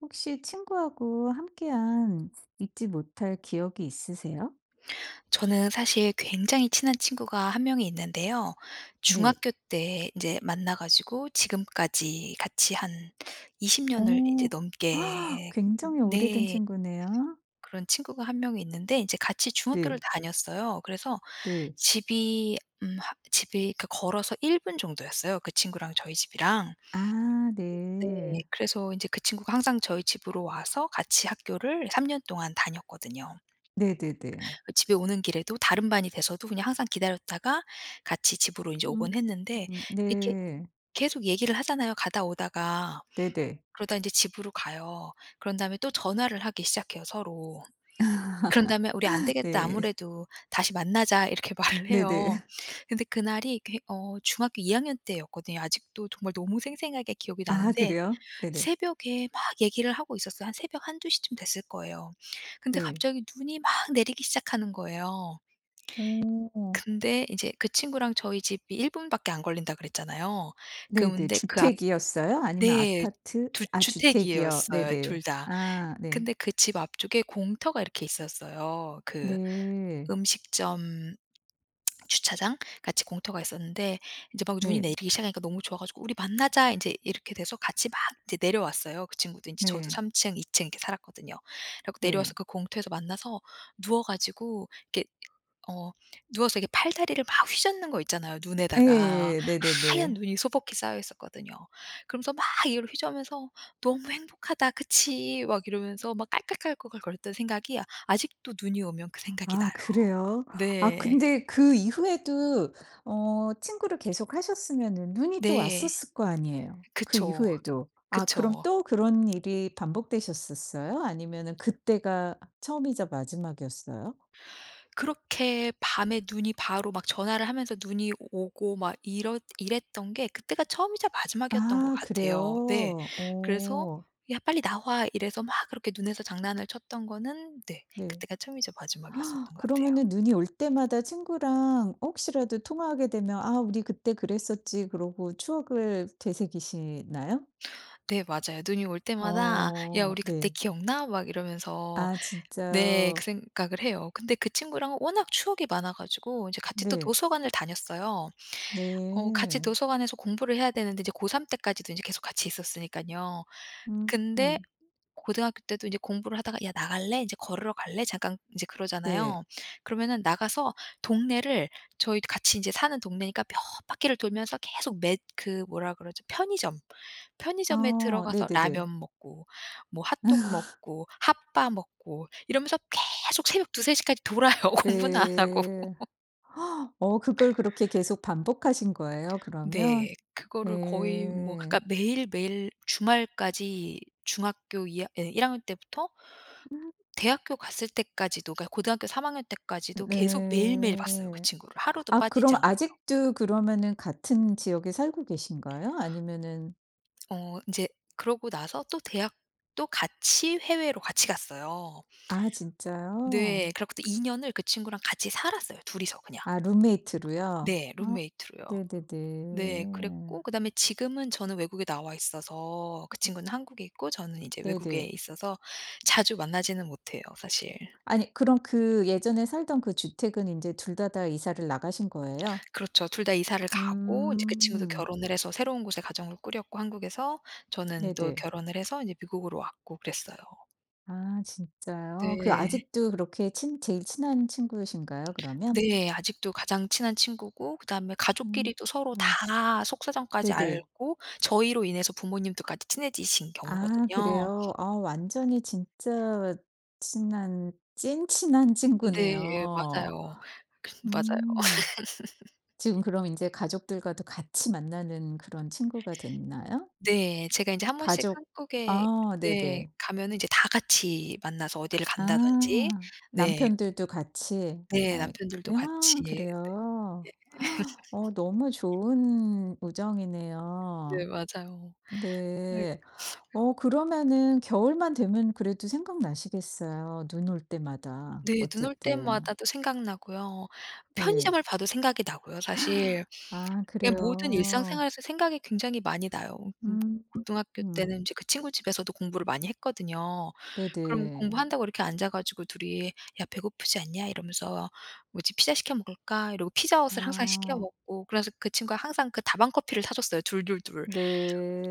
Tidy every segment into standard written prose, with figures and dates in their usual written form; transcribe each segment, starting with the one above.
혹시 친구하고 함께한 잊지 못할 기억이 있으세요? 저는 사실 굉장히 친한 친구가 한 명이 있는데요. 네. 중학교 때 인제 만나 가지고 지금까지 같이 한 20 년을 인제 어. 아, 넘게. 굉장히 오래된 네. 친구네요. 그런 친구가 한 명이 있는데 인제 같이 중학교를 네. 다녔어요. 그래서 네. 집이 하 집이 그 걸어서 1분 정도였어요, 그 친구랑 저희 집이랑. 아 네. 네. 그래서 인제 그 친구가 항상 저희 집으로 와서 같이 학교를 3년 동안 다녔거든요. 네네네. 집에 오는 길에도 다른 반이 돼서도 그냥 항상 기다렸다가 같이 집으로 인제 음. 오곤 했는데 이렇게 네. 계속 얘기를 하잖아요, 가다 오다가. 네네. 그러다 인제 집으로 가요. 그런 다음에 또 전화를 하기 시작해요, 서로. 그런 다음에 "우리 안 되겠다. 네. 아무래도 다시 만나자." 이렇게 말을 해요. 네네. 근데 그날이 그 중학교 2 학년 때였거든요. 아직도 정말 너무 생생하게 기억이 아 나는데 그래요? 네네. 새벽에 막 얘기를 하고 있었어요. 한 새벽 한두 시쯤 됐을 거예요. 근데 네. 갑자기 눈이 막 내리기 시작하는 거예요. 오, 근데 이제 그 친구랑 저희 집이 1 분밖에 안 걸린다 그랬잖아요. 그 네네. 근데 그 앞 주택이었어요? 아니면 네. 아파트? 두 아 주택이요. 주택이었어요 네네. 둘 다. 아 네. 근데 그 집 앞쪽에 공터가 이렇게 있었어요. 그 네. 음식점 주차장 같이 공터가 있었는데 인제 막 눈이 네. 내리기 시작하니까 너무 좋아 가지고 "우리 만나자." 인제 이렇게 돼서 같이 막 이제 내려왔어요. 그 친구도 인제 저도 네. 3 층, 2층 이렇게 살았거든요. 그래 갖고 내려와서 네. 그 공터에서 만나서 누워 가지고 이렇게 어 누워서 이렇게 팔다리를 막 휘젓는 거 있잖아요 눈에다가. 예. 하얀 네네네. 눈이 소복히 쌓여 있었거든요. 그러면서 막 이걸 휘저으면서 '너무 행복하다. 그치?' 막 이러면서 막 깔깔깔깔거렸던 생각이 아직도 눈이 오면 그 생각이 아 나요. 그래요? 아 네. 근데 그 이후에도 어 친구를 계속 하셨으면은 눈이 또 네. 왔었을 거 아니에요, 그 그쵸. 이후에도. 아 그럼 그쵸. 또 그런 일이 반복되셨었어요? 아니면은 그때가 처음이자 마지막이었어요? 그렇게 밤에 눈이 바로 막 전화를 하면서 눈이 오고 막 이러 이랬던 게 그때가 처음이자 마지막이었던 것 아 같아요. 네. 그래요? 그래서 어 "야 빨리 나와." 이래서 막 그렇게 눈에서 장난을 쳤던 거는 네 네. 그때가 처음이자 아, 마지막이었었던 것 같아요. 그러면은 눈이 올 때마다 친구랑 혹시라도 통화하게 되면 "아 우리 그때 그랬었지." 그러고 추억을 되새기시나요? 네 맞아요. 눈이 올 때마다 "야 어 우리 그때 네. 기억나?" 막 이러면서 아 네 그 진짜요? 생각을 해요. 근데 그 친구랑은 워낙 추억이 많아 가지고 인제 같이 또 네. 도서관을 다녔어요. 같이 네. 도서관에서 공부를 해야 되는데 이제 고3 때까지도 인제 계속 같이 있었으니깐요. 음 근데 음. 고등학교 때도 이제 공부를 하다가 "야 나갈래? 인제 걸으러 갈래?" 잠깐 인제 그러잖아요. 네. 그러면은 나가서 동네를 저희 같이 인제 사는 동네니까 몇 바퀴를 돌면서 계속 맷 그 뭐라 그러죠? 편의점. 편의점에 어 들어가서 네네네. 라면 먹고 뭐 핫도그 먹고 핫바 먹고 이러면서 계속 새벽 2-3 시까지 돌아요, 공부는 안 하고. 네. 어 그걸 그렇게 계속 반복하신 거예요 그러면? 네. 그거를 거의 뭐 네. 그러니까 매일매일 주말까지 중학교 이 학 예 일 학년 때부터 대학교 갔을 때까지도 그러니까 고등학교 3 학년 때까지도 계속 매일매일 봤어요, 그 네. 친구를. 하루도 아 빠지지 그럼 않고요. 아직도 그러면은 같은 지역에 살고 계신가요? 아니면은 인제 그러고 나서 또 대학도 같이 해외로 같이 갔어요. 아 네. 진짜요? 그래 갖고 2 년을 그 친구랑 같이 살았어요, 둘이서 그냥. 아 룸메이트로요? 네. 아 룸메이트로요. 네. 네네네. 그랬고 그다음에 지금은 저는 외국에 나와 있어서 그 친구는 한국에 있고 저는 이제 외국에 네네. 있어서 자주 만나지는 못해요, 사실. 아니 그럼 그 예전에 살던 그 주택은 인제 둘 다 다 이사를 나가신 거예요? 그렇죠. 둘 다 이사를 가고 이제 그 친구도 음. 결혼을 해서 새로운 곳에 가정을 꾸렸고 한국에서 저는 또 네네. 결혼을 해서 이제 미국으로 왔고 그랬어요. 아 진짜요? 그 네. 아직도 그렇게 친 제일 친한 친구이신가요 그러면? 네. 아직도 가장 친한 친구고 그다음에 음. 가족끼리도 서로 음. 다 속사정까지 네네. 알고 저희로 인해서 부모님들까지 친해지신 아 경우거든요. 그래요? 아 완전히 진짜 친한 찐친한 네. 친구네요. 맞아요. 맞아요. 음. 지금 그럼 인제 가족들과도 같이 만나는 그런 친구가 됐나요? 네. 제가 인제 한 번씩 가족 한국에 아 네 네네. 가면은 이제 다 같이 만나서 어디를 간다든지. 아. 네. 남편들도 같이. 네. 아 남편들도 야, 같이. 그래요? 헉, 어 너무 좋은 네 우정이네요. 맞아요. 네. 네. 어 그러면은 겨울만 되면 그래도 생각나시겠어요, 눈 올 때마다 네. 눈올 어쨌든. 때마다 또 생각나고요. 네. 편의점을 봐도 생각이 나고요 사실. 아 예, 모든 그래요. 일상생활에서 생각이 굉장히 많이 나요. 음 음. 고등학교 음. 때는 인제 그 친구 집에서도 공부를 많이 했거든요. 그럼 네네. 공부한다고 이렇게 앉아 가지고 둘이 "야 배고프지 않냐?" 이러면서 "뭐지 피자 시켜 먹을까?" 이러고 피자헛을 항상 시켜 아. 먹고 그래서 그 친구가 항상 그 다방 커피를 사 줬어요 둘둘둘.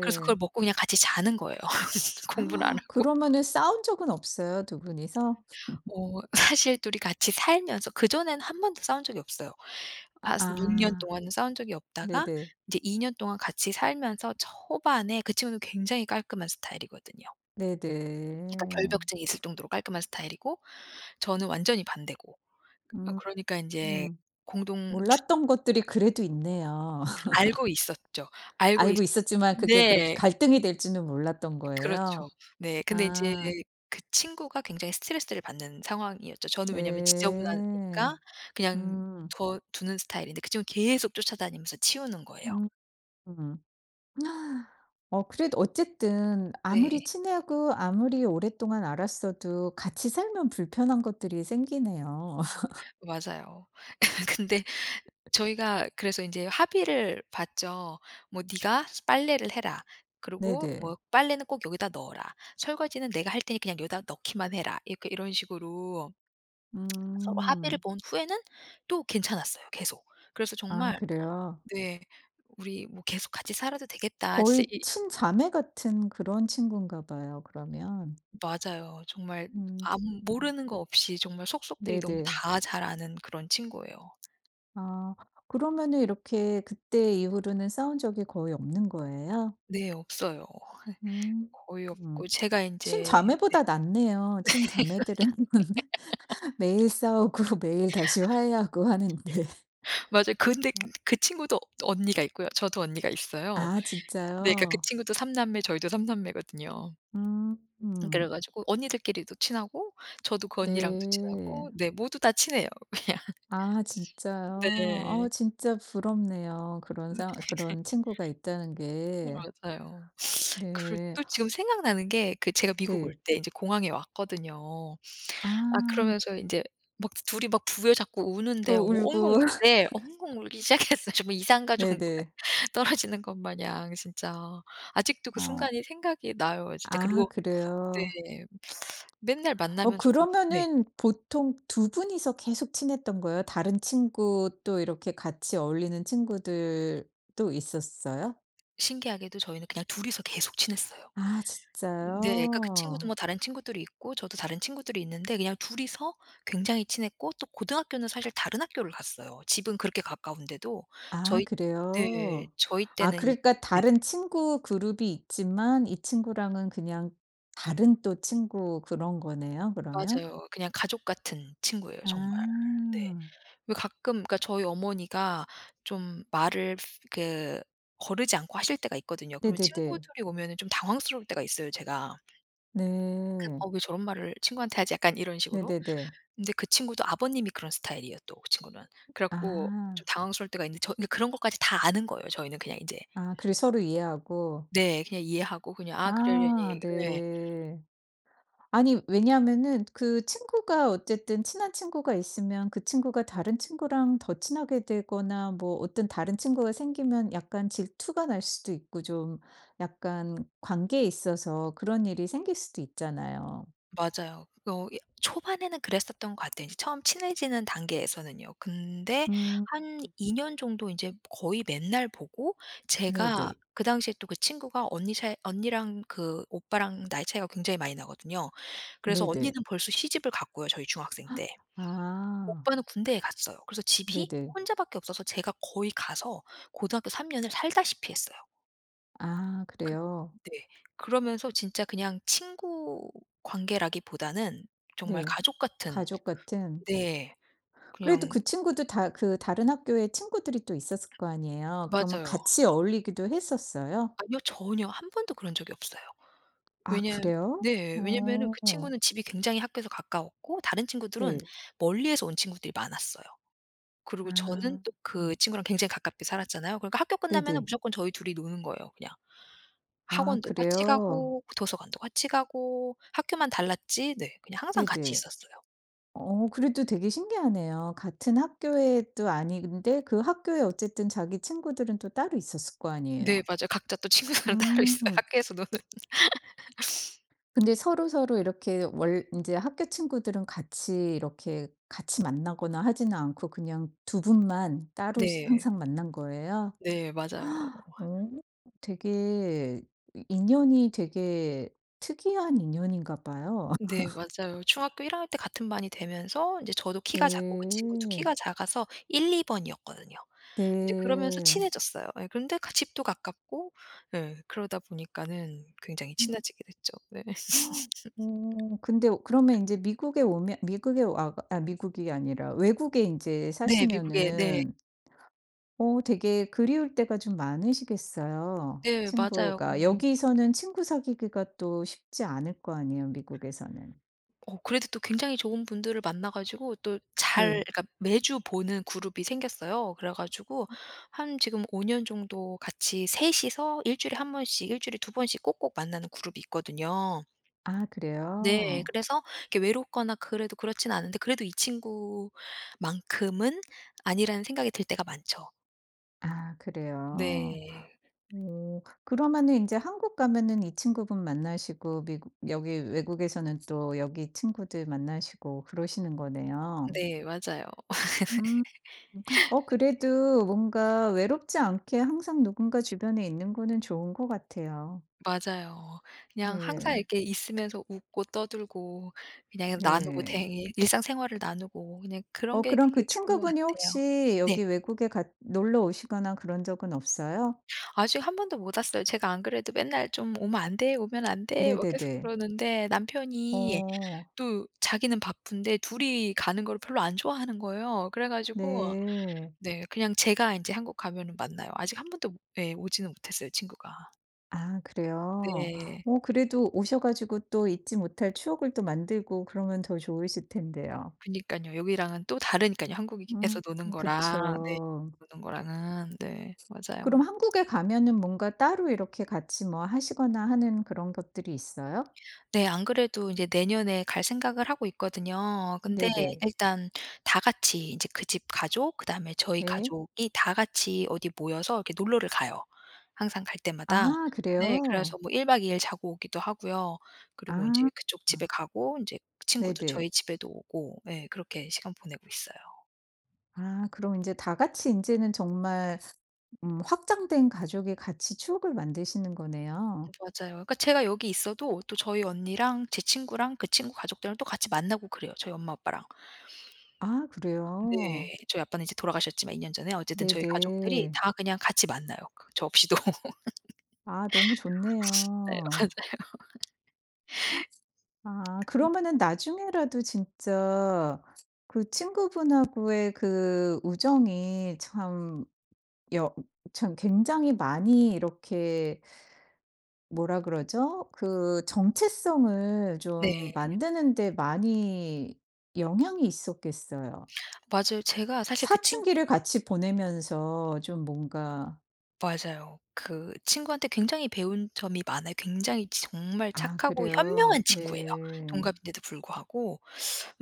그래서 그걸 먹고 그냥 같이 자는 거예요 공부를 안 하고. 그러면은 싸운 적은 없어요, 두 분이서? 어 사실 둘이 같이 살면서 그전에는 한 번도 싸운 적이 없어요. 아. 한 6 년 아, 동안은 싸운 적이 없다가 네네. 이제 이제2년 동안 같이 살면서 초반에 그 친구는 굉장히 깔끔한 스타일이거든요. 약간 네네. 결벽증이 있을 정도로 깔끔한 스타일이고 저는 완전히 반대고. 음. 그러니까 인제 음. 공동 주 몰랐던 것들이 그래도 있네요. 알고 있었죠. 알고 있 알고 있었지만 그게 그렇게 네. 갈등이 될 줄은 몰랐던 그렇죠. 거예요. 네. 근데 인제 아 그 친구가 굉장히 스트레스를 받는 상황이었죠. 저는 왜냐면 네. 지저분하니까 그냥 음. 둬 두는 스타일인데 그 친구는 계속 쫓아다니면서 치우는 거예요. 음. 음. 어 그래도 어쨌든 네. 아무리 친하고 아무리 오랫동안 알았어도 같이 살면 불편한 것들이 생기네요. 맞아요. 근데 저희가 그래서 인제 합의를 봤죠. 뭐 "네가 빨래를 해라. 그리고 네네. 뭐 빨래는 꼭 여기다 넣어라. 설거지는 내가 할 테니 그냥 여기다 넣기만 해라." 이렇게 이런 식으로 서로 합의를 음. 본 후에는 또 괜찮았어요 계속. 그래서 아 정말 그래요? 네. '우리 뭐 계속 같이 살아도 되겠다.' 진짜 거의 이. 친자매 같은 그런 친군가 봐요, 그러면. 맞아요. 정말 음. 아무 모르는 거 없이 정말 속속들이 너무 네네. 다 잘 아는 그런 친구예요. 아 그러면은 이렇게 그때 이후로는 싸운 적이 거의 없는 거예요? 네. 없어요. 음. 거의 음. 없고 제가 인제. 친자매보다 낫네요. 친자매들은 매일 싸우고 매일 다시 화해하고 하는데. 맞아요. 근데 친구도 언니가 있고요. 저도 언니가 있어요. 아 네. 그러니까 그 진짜요? 친구도 삼 남매 저희도 삼 남매거든요. 음. 그래 음. 가지고 언니들끼리도 친하고 저도 그 언니랑도 네. 친하고 네 모두 다 친해요 그냥. 아 진짜요? 네. 어 진짜 부럽네요. 그런 네. 상 그런 친구가 있다는 게. 맞아요. 그리고 네. 또 지금 생각나는 게 그 제가 미국 올 네. 때 인제 공항에 왔거든요. 아 아 그러면서 인제 막 둘이 막 부여잡고 우는데 어 또 엉엉 울 울고. 네 엉엉 울기 시작했어요. 정말 이산가족 네네. 떨어지는 것 마냥 진짜. 아직도 그 어. 순간이 생각이 나요 진짜. 아 그리고 그래요? 네 맨날 어 만나면서도 네 그러면은 보통 두 분이서 계속 친했던 거예요? 다른 친구 또 이렇게 같이 어울리는 친구들도 있었어요? 신기하게도 저희는 그냥 둘 이서 계속 친했어요. 아 네. 그러니까 그 친구도 뭐 진짜요? 다른 친구들이 있고 저도 다른 친구들이 있는데 그냥 둘이서 굉장히 친했고 또 고등학교는 사실 다른 학교를 갔어요. 집은 그렇게 가까운데도 아 저희 네. 그래요? 저희 아 때는 이. 그러니까 네. 다른 친구 그룹이 있지만 이 친구랑은 그냥 다른 또 친구 그런 거네요 그러면? 맞아요. 그냥 가족 같은 친구예요 정말. 네. 아. 왜 가끔 그러니까 저희 어머니가 좀 말을 그 거르지 않고 하실 때가 있거든요. 그러면 네네네. 친구들이 오면은 좀 당황스러울 때가 있어요 제가. 네. '어 왜 저런 말을 친구한테 하지?' 약간 이런 식으로. 네네네. 근데 그 친구도 아버님이 그런 스타일이에요 또 그 친구는. 그래 갖고 아. 좀 당황스러울 때가 있는데 그러니까 그런 것까지 다 아는 거예요 저희는 그냥 인제. 아 그리고 서로 이해하고. 네. 그냥 이해하고 그냥 아 아 그러려니 예. 네. 아니 왜냐하면은 그 친구가 어쨌든 친한 친구가 있으면 그 친구가 다른 친구랑 더 친하게 되거나 뭐 어떤 다른 친구가 생기면 약간 질투가 날 수도 있고 좀 약간 관계에 있어서 그런 일이 생길 수도 있잖아요. 맞아요. 어 예 초반에는 그랬었던 것 같아요. 이제 처음 친해지는 단계에서는요. 근데 음 한 2년 정도 인제 거의 맨날 보고 제가 네네. 그 당시에 또 그 친구가 언니랑 그 오빠랑 나이 차이가 굉장히 많이 나거든요. 그래서 네네. 언니는 벌써 시집을 갔고요 저희 중학생 때. 아 오빠는 군대에 갔어요. 그래서 집이 네네. 혼자밖에 없어서 제가 거의 가서 고등학교 3 년을 살다시피 했어요. 아 그 그래요? 네. 그러면서 진짜 그냥 친구 관계라기보다는 정말 네. 가족 같은. 가족 같은. 네. 그래도 그냥. 그 친구도 다 그 다른 학교에 친구들이 또 있었을 거 아니에요. 그러면 맞아요. 같이 어울리기도 했었어요? 아니요. 전혀 한 번도 그런 적이 없어요. 아 왜냐 그래요? 네. 왜냐면은 그 어. 친구는 집이 굉장히 학교에서 가까웠고 다른 친구들은 네. 멀리에서 온 친구들이 많았어요. 그리고 저는 아. 또 아. 그 친구랑 굉장히 가깝게 살았잖아요. 그러니까 학교 끝나면은 네네. 무조건 저희 둘이 노는 거예요 그냥. 아 학원도 같이 그래요? 가고 도서관도 같이 가고 학교만 달랐지 네 그냥 항상 같이 네네. 있었어요. 어 그래도 되게 신기하네요. 같은 학교에 또 아닌데 그 학교에 어쨌든 자기 친구들은 또 따로 있었을 거 아니에요. 네 맞아요. 각자 또 친구들은 따로 있어요 음. 학교에서 노는. 근데 서로서로 이렇게 월 인제 학교 친구들은 같이 이렇게 같이 만나거나 하지는 않고 그냥 두 분만 따로 시 네. 항상 만난 거예요? 네 맞아요. 어 되게 이 인연이 되게 특이한 인연인가 봐요. 네 맞아요. 중학교 1 학년 때 같은 반이 되면서 인제 저도 키가 작고 그 친구도 네. 키가 작아서 1-2 번이었거든요. 이제 그러면서 네. 친해졌어요. 예 근데 가 집도 가깝고 예 그러다 보니까는 굉장히 음. 친해지게 됐죠. 네. 어 근데 그러면 인제 미국에 오면 미국에 와 아 미국이 아니라 외국에 인제 네 미국에 네. 사시면은 어 되게 그리울 때가 좀 많으시겠어요. 네 맞아요. 친구가 여기서는 친구 사귀기가 또 쉽지 않을 거 아니에요, 미국에서는. 그래도 또 굉장히 좋은 분들을 만나 가지고 또 잘 네. 그러니까 매주 보는 그룹이 생겼어요. 그래 가지고 한 지금 5년 정도 같이 셋 이서 일 주일에 한 번씩 일 주일에 두 번씩 꼭꼭 만나는 그룹이 있거든요. 아 네. 그래요? 그래서 이렇게 외롭거나 그래도 그렇진 않은데 그래도 이 친구만큼은 아니라는 생각이 들 때가 많죠. 아 그래요. 네. 오. 그러면은 이제 한국 가면은 이 친구분 만나시고 미국 여기 외국에서는 또 여기 친구들 만나시고 그러시는 거네요. 네. 맞아요. 음. 어 그래도 뭔가 외롭지 않게 항상 누군가 주변에 있는 거는 좋은 것 같아요. 맞아요. 그냥 항상 네. 이렇게 있으면서 웃고 떠들고 그냥 나누고 네. 대 일상생활을 나누고 그냥 그런 어 게 그럼 되게 그 좋은 것 친구분이 같아요. 혹시 네. 여기 외국에 갔 놀러 오시거나 그런 적은 없어요? 아직 한 번도 못 왔어요. 제가 안 그래도 맨날 "좀 오면 안 돼. 오면 안 돼." 막 계속 네네네. 그러는데 남편이 어 또 자기는 바쁜데 둘이 가는 걸 별로 안 좋아하는 거예요. 그래 가지고 네. 네 그냥 제가 인제 한국 가면은 만나요. 아직 한 번도 예 오지는 못했어요 친구가. 아 그래요? 네. 어 그래도 오셔 가지고 또 잊지 못할 추억을 또 만들고 그러면 더 좋으실 텐데요. 그니깐요. 여기랑은 또 다르니깐요. 한국에서 음 노는 거랑 네. 그쵸. 노는 거랑은. 네. 맞아요. 그럼 한국에 가면은 뭔가 따로 이렇게 같이 뭐 하시거나 하는 그런 것들이 있어요? 네. 안 그래도 인제 내년에 갈 생각을 하고 있거든요. 근데 네네. 일단 다 같이 인제 그 집 가족 그다음에 저희 네. 가족이 다 같이 어디 모여서 이렇게 놀러를 가요, 항상 갈 때마다. 아 네. 그래서 그래요? 뭐 1 박 2일 자고 오기도 하고요. 그리고 인제 아. 그쪽 집에 가고 인제 친구도 저희 네네. 집에도 오고 예 그렇게 시간 보내고 있어요. 아 그럼 이제 다 같이 이제는 정말 확장된 가족이 같이 추억을 만드시는 거네요. 맞아요. 그러니까 제가 여기 있어도 또 저희 언니랑 제 친구랑 그 친구 가족들이랑 또 같이 만나고 그래요, 저희 엄마 아빠랑. 아 그래요? 네. 저희 아빠는 이제 돌아가셨지만 2년 전에 어쨌든 저희 가족들이 네네. 다 그냥 같이 만나요, 그 저 없이도. 아 너무 네 좋네요. 맞아요. 아 그러면은 나중에라도 진짜 그 친구분하고의 그 우정이 참 여 참 굉장히 많이 이렇게 뭐라 그러죠? 그 정체성을 좀 네. 만드는 데 많이 영향이 있었겠어요. 맞아요. 제가 사실 그 친 사춘기를 같이 보내면서 좀 뭔가 맞아요. 그 친구한테 굉장히 배운 점이 많아요. 굉장히 정말 아 착하고 현명한 그래요? 친구예요, 네. 동갑인데도 불구하고.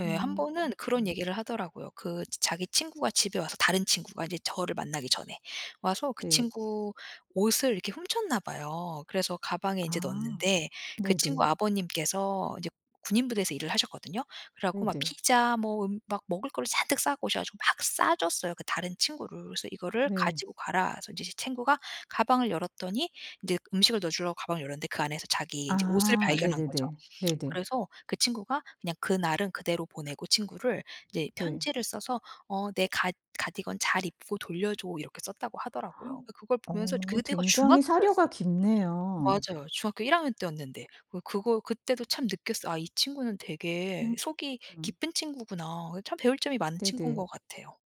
예. 한 음. 번은 그런 얘기를 하더라고요. 그 자기 친구가 집에 와서 다른 친구가 이제 저를 만나기 전에 와서 그 네. 친구 옷을 이렇게 훔쳤나 봐요. 그래서 가방에 이제 아. 넣었는데 그 네네. 친구 아버님께서 이제 군인 부대에서 일을 하셨거든요. 그래 갖고 막 네네. 피자 막 먹을 거를 잔뜩 싸고 오셔 가지고 막 싸 줬어요, 그 다른 친구를. 그래서 "이거를 네. 가지고 가라." 그래서 이제 제 친구가 가방을 열었더니 이제 음식을 넣어 주려고 가방을 열었는데 그 안에서 자기 이제 옷을 아 발견한 거죠. 네네네. 네네. 그래서 그 친구가 그냥 그날은 그대로 보내고 친구를 이제 네. 편지를 써서 "내 가 가디건 잘 입고 돌려줘." 이렇게 썼다고 하더라고요. 그걸 보면서 어 그때가 굉장히 사려가 중학교였어요. 깊네요. 맞아요. 중학교 1 학년 때였는데. 그 그거 그때도 참 느꼈어 '아 이 친구는 되게 속이 음. 깊은 친구구나.' 참 배울 점이 많은 친구인 네네. 것 같아요.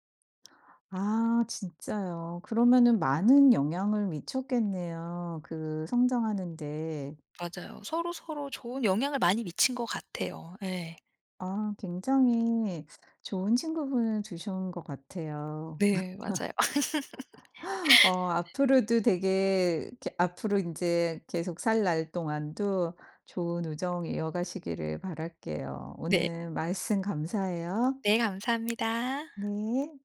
아 진짜요. 그러면은 많은 영향을 미쳤겠네요, 그 성장하는 데. 맞아요. 서로서로 좋은 영향을 많이 미친 것 같아요. 네, 아 굉장히 좋은 친구분을 두신 것 같아요. 네 맞아요. 어 앞으로도 되게 이렇게 앞으로 이제 계속 살 날 동안도 좋은 우정 이어가시기를 바랄게요. 네. 오늘 말씀 감사해요. 네 감사합니다. 네.